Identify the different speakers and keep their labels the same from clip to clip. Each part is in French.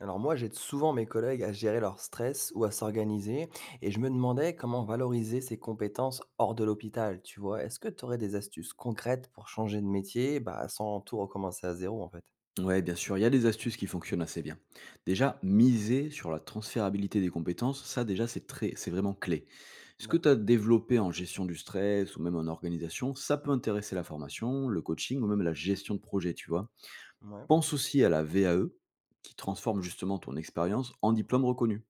Speaker 1: Alors moi, j'aide souvent mes collègues à gérer leur stress ou à s'organiser, et je me demandais comment valoriser ces compétences hors de l'hôpital, tu vois. Est-ce que tu aurais des astuces concrètes pour changer de métier, bah, sans tout recommencer à zéro, en fait?
Speaker 2: Ouais, bien sûr, il y a des astuces qui fonctionnent assez bien. Déjà, miser sur la transférabilité des compétences, ça déjà c'est vraiment clé. Ce que tu
Speaker 1: D'accord.
Speaker 2: as développé en gestion du stress ou même en organisation, ça peut intéresser la formation, le coaching ou même la gestion de projet, tu vois.
Speaker 1: Ouais.
Speaker 2: Pense aussi à la VAE qui transforme justement ton expérience en diplôme reconnu.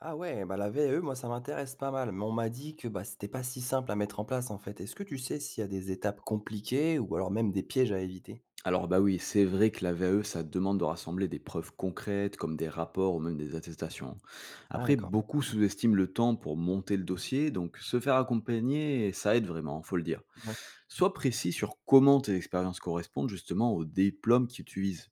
Speaker 1: Ah ouais, bah la VAE, moi, ça m'intéresse pas mal, mais on m'a dit que bah, c'était pas si simple à mettre en place, en fait. Est-ce que tu sais s'il y a des étapes compliquées ou alors même des pièges à éviter?
Speaker 2: Alors bah oui, c'est vrai que la VAE, ça demande de rassembler des preuves concrètes comme des rapports ou même des attestations.
Speaker 1: Ah
Speaker 2: Après,
Speaker 1: d'accord.
Speaker 2: beaucoup sous-estiment le temps pour monter le dossier, donc se faire accompagner, ça aide vraiment, faut le dire.
Speaker 1: Ouais.
Speaker 2: Sois précis sur comment tes expériences correspondent justement au diplôme que tu vises.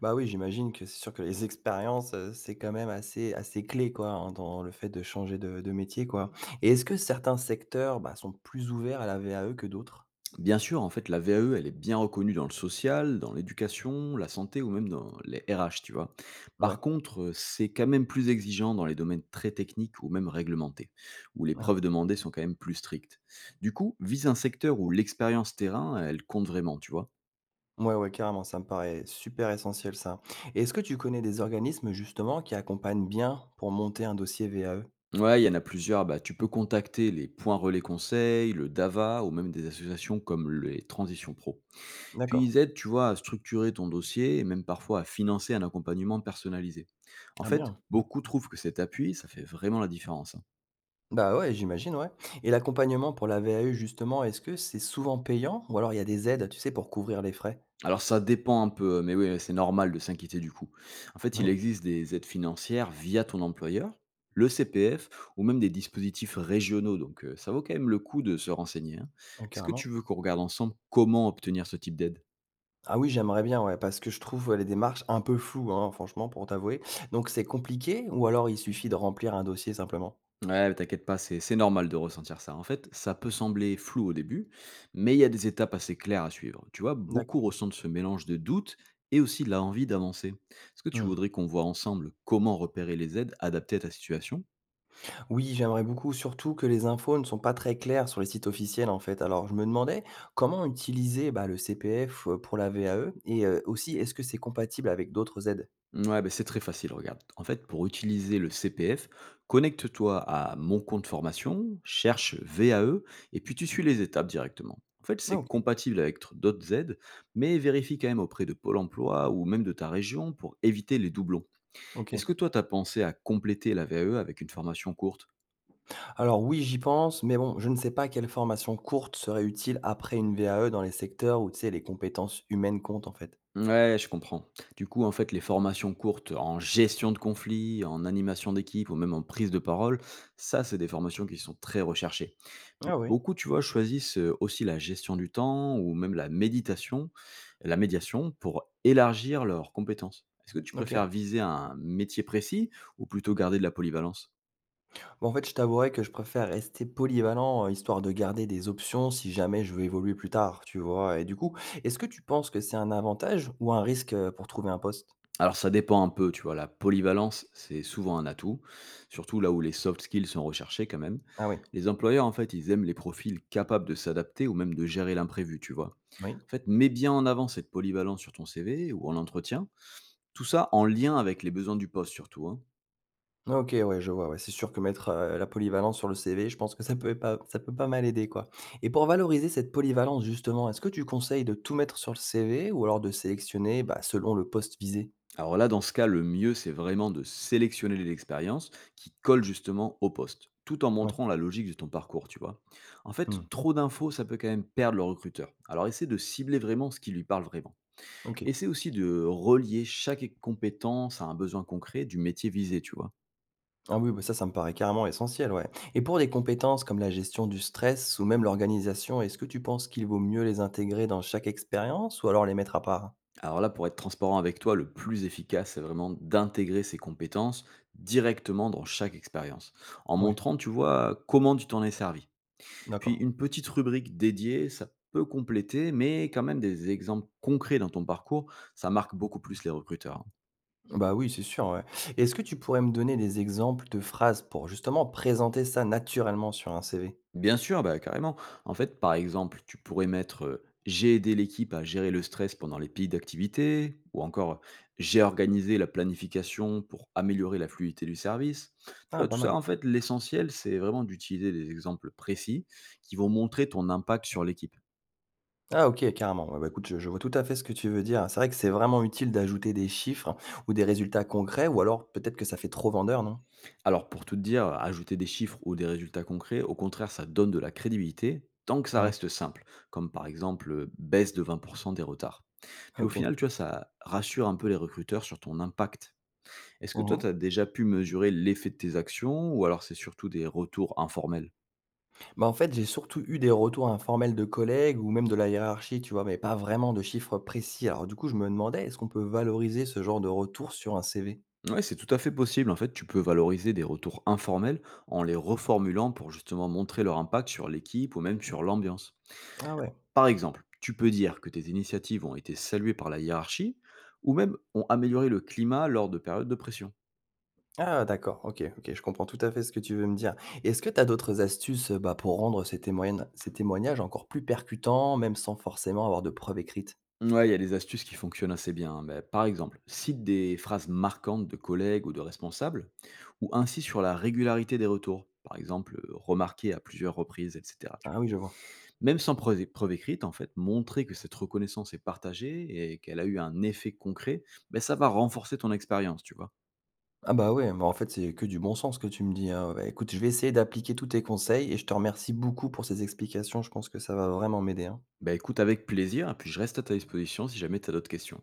Speaker 1: Bah oui, j'imagine que c'est sûr que les expériences, c'est quand même assez clé, quoi, hein, dans le fait de changer de métier, quoi. Et est-ce que certains secteurs, bah, sont plus ouverts à la VAE que d'autres?
Speaker 2: Bien sûr, en fait, la VAE, elle est bien reconnue dans le social, dans l'éducation, la santé ou même dans les RH, tu vois.
Speaker 1: Ouais.
Speaker 2: Par contre, c'est quand même plus exigeant dans les domaines très techniques ou même réglementés, où les
Speaker 1: Ah.
Speaker 2: preuves demandées sont quand même plus strictes. Du coup, vise un secteur où l'expérience terrain, elle compte vraiment, tu vois.
Speaker 1: Ouais, ouais, carrément, ça me paraît super essentiel, ça. Et est-ce que tu connais des organismes, justement, qui accompagnent bien pour monter un dossier VAE?
Speaker 2: Ouais, il y en a plusieurs. Bah, tu peux contacter les points relais conseils, le DAVA ou même des associations comme les Transitions Pro. Puis
Speaker 1: D'accord.
Speaker 2: ils aident, tu vois, à structurer ton dossier et même parfois à financer un accompagnement personnalisé. En
Speaker 1: Ah
Speaker 2: fait,
Speaker 1: bien.
Speaker 2: beaucoup trouvent que cet appui, ça fait vraiment la différence, hein.
Speaker 1: Bah, ouais, j'imagine, ouais. Et l'accompagnement pour la VAE, justement, est-ce que c'est souvent payant ou alors il y a des aides, tu sais, pour couvrir les frais?
Speaker 2: Alors ça dépend un peu, mais oui, c'est normal de s'inquiéter du coût. En fait, il
Speaker 1: Oui.
Speaker 2: existe des aides financières via ton employeur, le CPF ou même des dispositifs régionaux. Donc ça vaut quand même le coup de se renseigner, hein.
Speaker 1: Ouais,
Speaker 2: Est-ce que tu
Speaker 1: carrément.
Speaker 2: veux qu'on regarde ensemble comment obtenir ce type d'aide?
Speaker 1: Ah oui, j'aimerais bien, ouais, parce que je trouve, ouais, les démarches un peu floues, hein, franchement, pour t'avouer. Donc c'est compliqué ou alors il suffit de remplir un dossier simplement?
Speaker 2: Ouais, mais t'inquiète pas, c'est normal de ressentir ça. En fait, ça peut sembler flou au début, mais il y a des étapes assez claires à suivre. Tu vois, beaucoup
Speaker 1: D'accord.
Speaker 2: ressentent ce mélange de doute et aussi de la envie d'avancer. Est-ce que tu
Speaker 1: Mmh.
Speaker 2: voudrais qu'on voit ensemble comment repérer les aides adaptées à ta situation?
Speaker 1: Oui, j'aimerais beaucoup, surtout que les infos ne sont pas très claires sur les sites officiels, en fait. Alors je me demandais comment utiliser, bah, le CPF, pour la VAE et aussi est-ce que c'est compatible avec d'autres aides?
Speaker 2: Ouais, ben c'est très facile, regarde. En fait, pour utiliser le CPF, connecte-toi à mon compte formation, cherche VAE, et puis tu suis les étapes directement. En fait,
Speaker 1: Ah
Speaker 2: c'est
Speaker 1: OK,
Speaker 2: compatible avec d'autres aides, mais vérifie quand même auprès de Pôle emploi ou même de ta région pour éviter les doublons.
Speaker 1: OK.
Speaker 2: Est-ce que toi, t'as pensé à compléter la VAE avec une formation courte?
Speaker 1: Alors oui, j'y pense, mais bon, je ne sais pas quelle formation courte serait utile après une VAE dans les secteurs où, tu sais, les compétences humaines comptent, en fait.
Speaker 2: Ouais, je comprends. Du coup, en fait, les formations courtes en gestion de conflits, en animation d'équipe ou même en prise de parole, ça, c'est des formations qui sont très recherchées. Mais
Speaker 1: Ah oui,
Speaker 2: beaucoup, tu vois, choisissent aussi la gestion du temps ou même la méditation, la médiation pour élargir leurs compétences. Est-ce que tu
Speaker 1: OK.
Speaker 2: préfères viser un métier précis ou plutôt garder de la polyvalence?
Speaker 1: Bah, en fait, je t'avouerais que je préfère rester polyvalent, histoire de garder des options si jamais je veux évoluer plus tard, tu vois? Et du coup, est-ce que tu penses que c'est un avantage ou un risque, pour trouver un poste?
Speaker 2: Alors ça dépend un peu, tu vois? La polyvalence, c'est souvent un atout, surtout là où les soft skills sont recherchés quand même.
Speaker 1: Ah oui,
Speaker 2: Les employeurs, en fait, ils aiment les profils capables de s'adapter ou même de gérer l'imprévu, tu vois?
Speaker 1: oui.
Speaker 2: En fait, mets bien en avant cette polyvalence sur ton CV ou en entretien, tout ça en lien avec les besoins du poste surtout, hein.
Speaker 1: OK, ouais, je vois, ouais, c'est sûr que mettre, la polyvalence sur le CV, je pense que ça peut pas mal aider, quoi. Et pour valoriser cette polyvalence, justement, est-ce que tu conseilles de tout mettre sur le CV ou alors de sélectionner, bah, selon le poste visé?
Speaker 2: Alors là, dans ce cas, le mieux, c'est vraiment de sélectionner les expériences qui collent justement au poste, tout en
Speaker 1: Ouais,
Speaker 2: montrant la logique de ton parcours, tu vois? En fait,
Speaker 1: mmh,
Speaker 2: trop d'infos, ça peut quand même perdre le recruteur. Alors essaie de cibler vraiment ce qui lui parle vraiment.
Speaker 1: OK.
Speaker 2: Essaie aussi de relier chaque compétence à un besoin concret du métier visé, tu vois.
Speaker 1: Ah oui, bah ça, ça me paraît carrément essentiel, ouais. Et pour des compétences comme la gestion du stress ou même l'organisation, est-ce que tu penses qu'il vaut mieux les intégrer dans chaque expérience ou alors les mettre à part?
Speaker 2: Alors là, pour être transparent avec toi, le plus efficace, c'est vraiment d'intégrer ces compétences directement dans chaque expérience, en
Speaker 1: Ouais,
Speaker 2: montrant, tu vois, comment tu t'en es servi. Puis
Speaker 1: d'accord.
Speaker 2: une petite rubrique dédiée, ça peut compléter, mais quand même des exemples concrets dans ton parcours, ça marque beaucoup plus les recruteurs.
Speaker 1: Bah oui, c'est sûr, ouais. Est-ce que tu pourrais me donner des exemples de phrases pour justement présenter ça naturellement sur un CV?
Speaker 2: Bien sûr, bah, carrément. En fait, par exemple, tu pourrais mettre j'ai aidé l'équipe à gérer le stress pendant les pics d'activité, ou encore j'ai organisé la planification pour améliorer la fluidité du service. Tu
Speaker 1: Ah,
Speaker 2: vois,
Speaker 1: pas
Speaker 2: tout ça,
Speaker 1: mal.
Speaker 2: en fait, l'essentiel, c'est vraiment d'utiliser des exemples précis qui vont montrer ton impact sur l'équipe.
Speaker 1: Ah ok, carrément. Ouais, bah écoute, je vois tout à fait ce que tu veux dire. C'est vrai que c'est vraiment utile d'ajouter des chiffres ou des résultats concrets, ou alors peut-être que ça fait trop vendeur, non?
Speaker 2: Alors pour tout te dire, ajouter des chiffres ou des résultats concrets, au contraire, ça donne de la crédibilité tant que ça
Speaker 1: Ouais,
Speaker 2: reste simple, comme par exemple baisse de 20% des retards. Puis au
Speaker 1: ok.
Speaker 2: final, tu vois, ça rassure un peu les recruteurs sur ton impact. Est-ce que toi, tu
Speaker 1: Mhm.
Speaker 2: as déjà pu mesurer l'effet de tes actions ou alors c'est surtout des retours informels?
Speaker 1: Bah, en fait, j'ai surtout eu des retours informels de collègues ou même de la hiérarchie, tu vois, mais pas vraiment de chiffres précis. Alors du coup, je me demandais, est-ce qu'on peut valoriser ce genre de retour sur un CV?
Speaker 2: Ouais, c'est tout à fait possible. En fait, tu peux valoriser des retours informels en les reformulant pour justement montrer leur impact sur l'équipe ou même sur l'ambiance.
Speaker 1: Ah ouais.
Speaker 2: Par exemple, tu peux dire que tes initiatives ont été saluées par la hiérarchie ou même ont amélioré le climat lors de périodes de pression.
Speaker 1: Ah d'accord, ok, ok, je comprends tout à fait ce que tu veux me dire. Est-ce que tu as d'autres astuces, bah, pour rendre ces témoignages encore plus percutants, même sans forcément avoir de preuves écrites?
Speaker 2: Ouais, il y a des astuces qui fonctionnent assez bien, hein, mais par exemple, cite des phrases marquantes de collègues ou de responsables, ou ainsi sur la régularité des retours. Par exemple, remarquer à plusieurs reprises, etc. tu
Speaker 1: Ah
Speaker 2: vois.
Speaker 1: oui, je vois.
Speaker 2: Même sans preuve écrite, en fait, montrer que cette reconnaissance est partagée et qu'elle a eu un effet concret, ben, ça va renforcer ton expérience, tu vois.
Speaker 1: Ah bah ouais, mais en fait, c'est que du bon sens que tu me dis, hein. Bah, écoute, je vais essayer d'appliquer tous tes conseils et je te remercie beaucoup pour ces explications. Je pense que ça va vraiment m'aider, hein.
Speaker 2: Ben écoute, avec plaisir, et puis je reste à ta disposition si jamais tu as d'autres questions.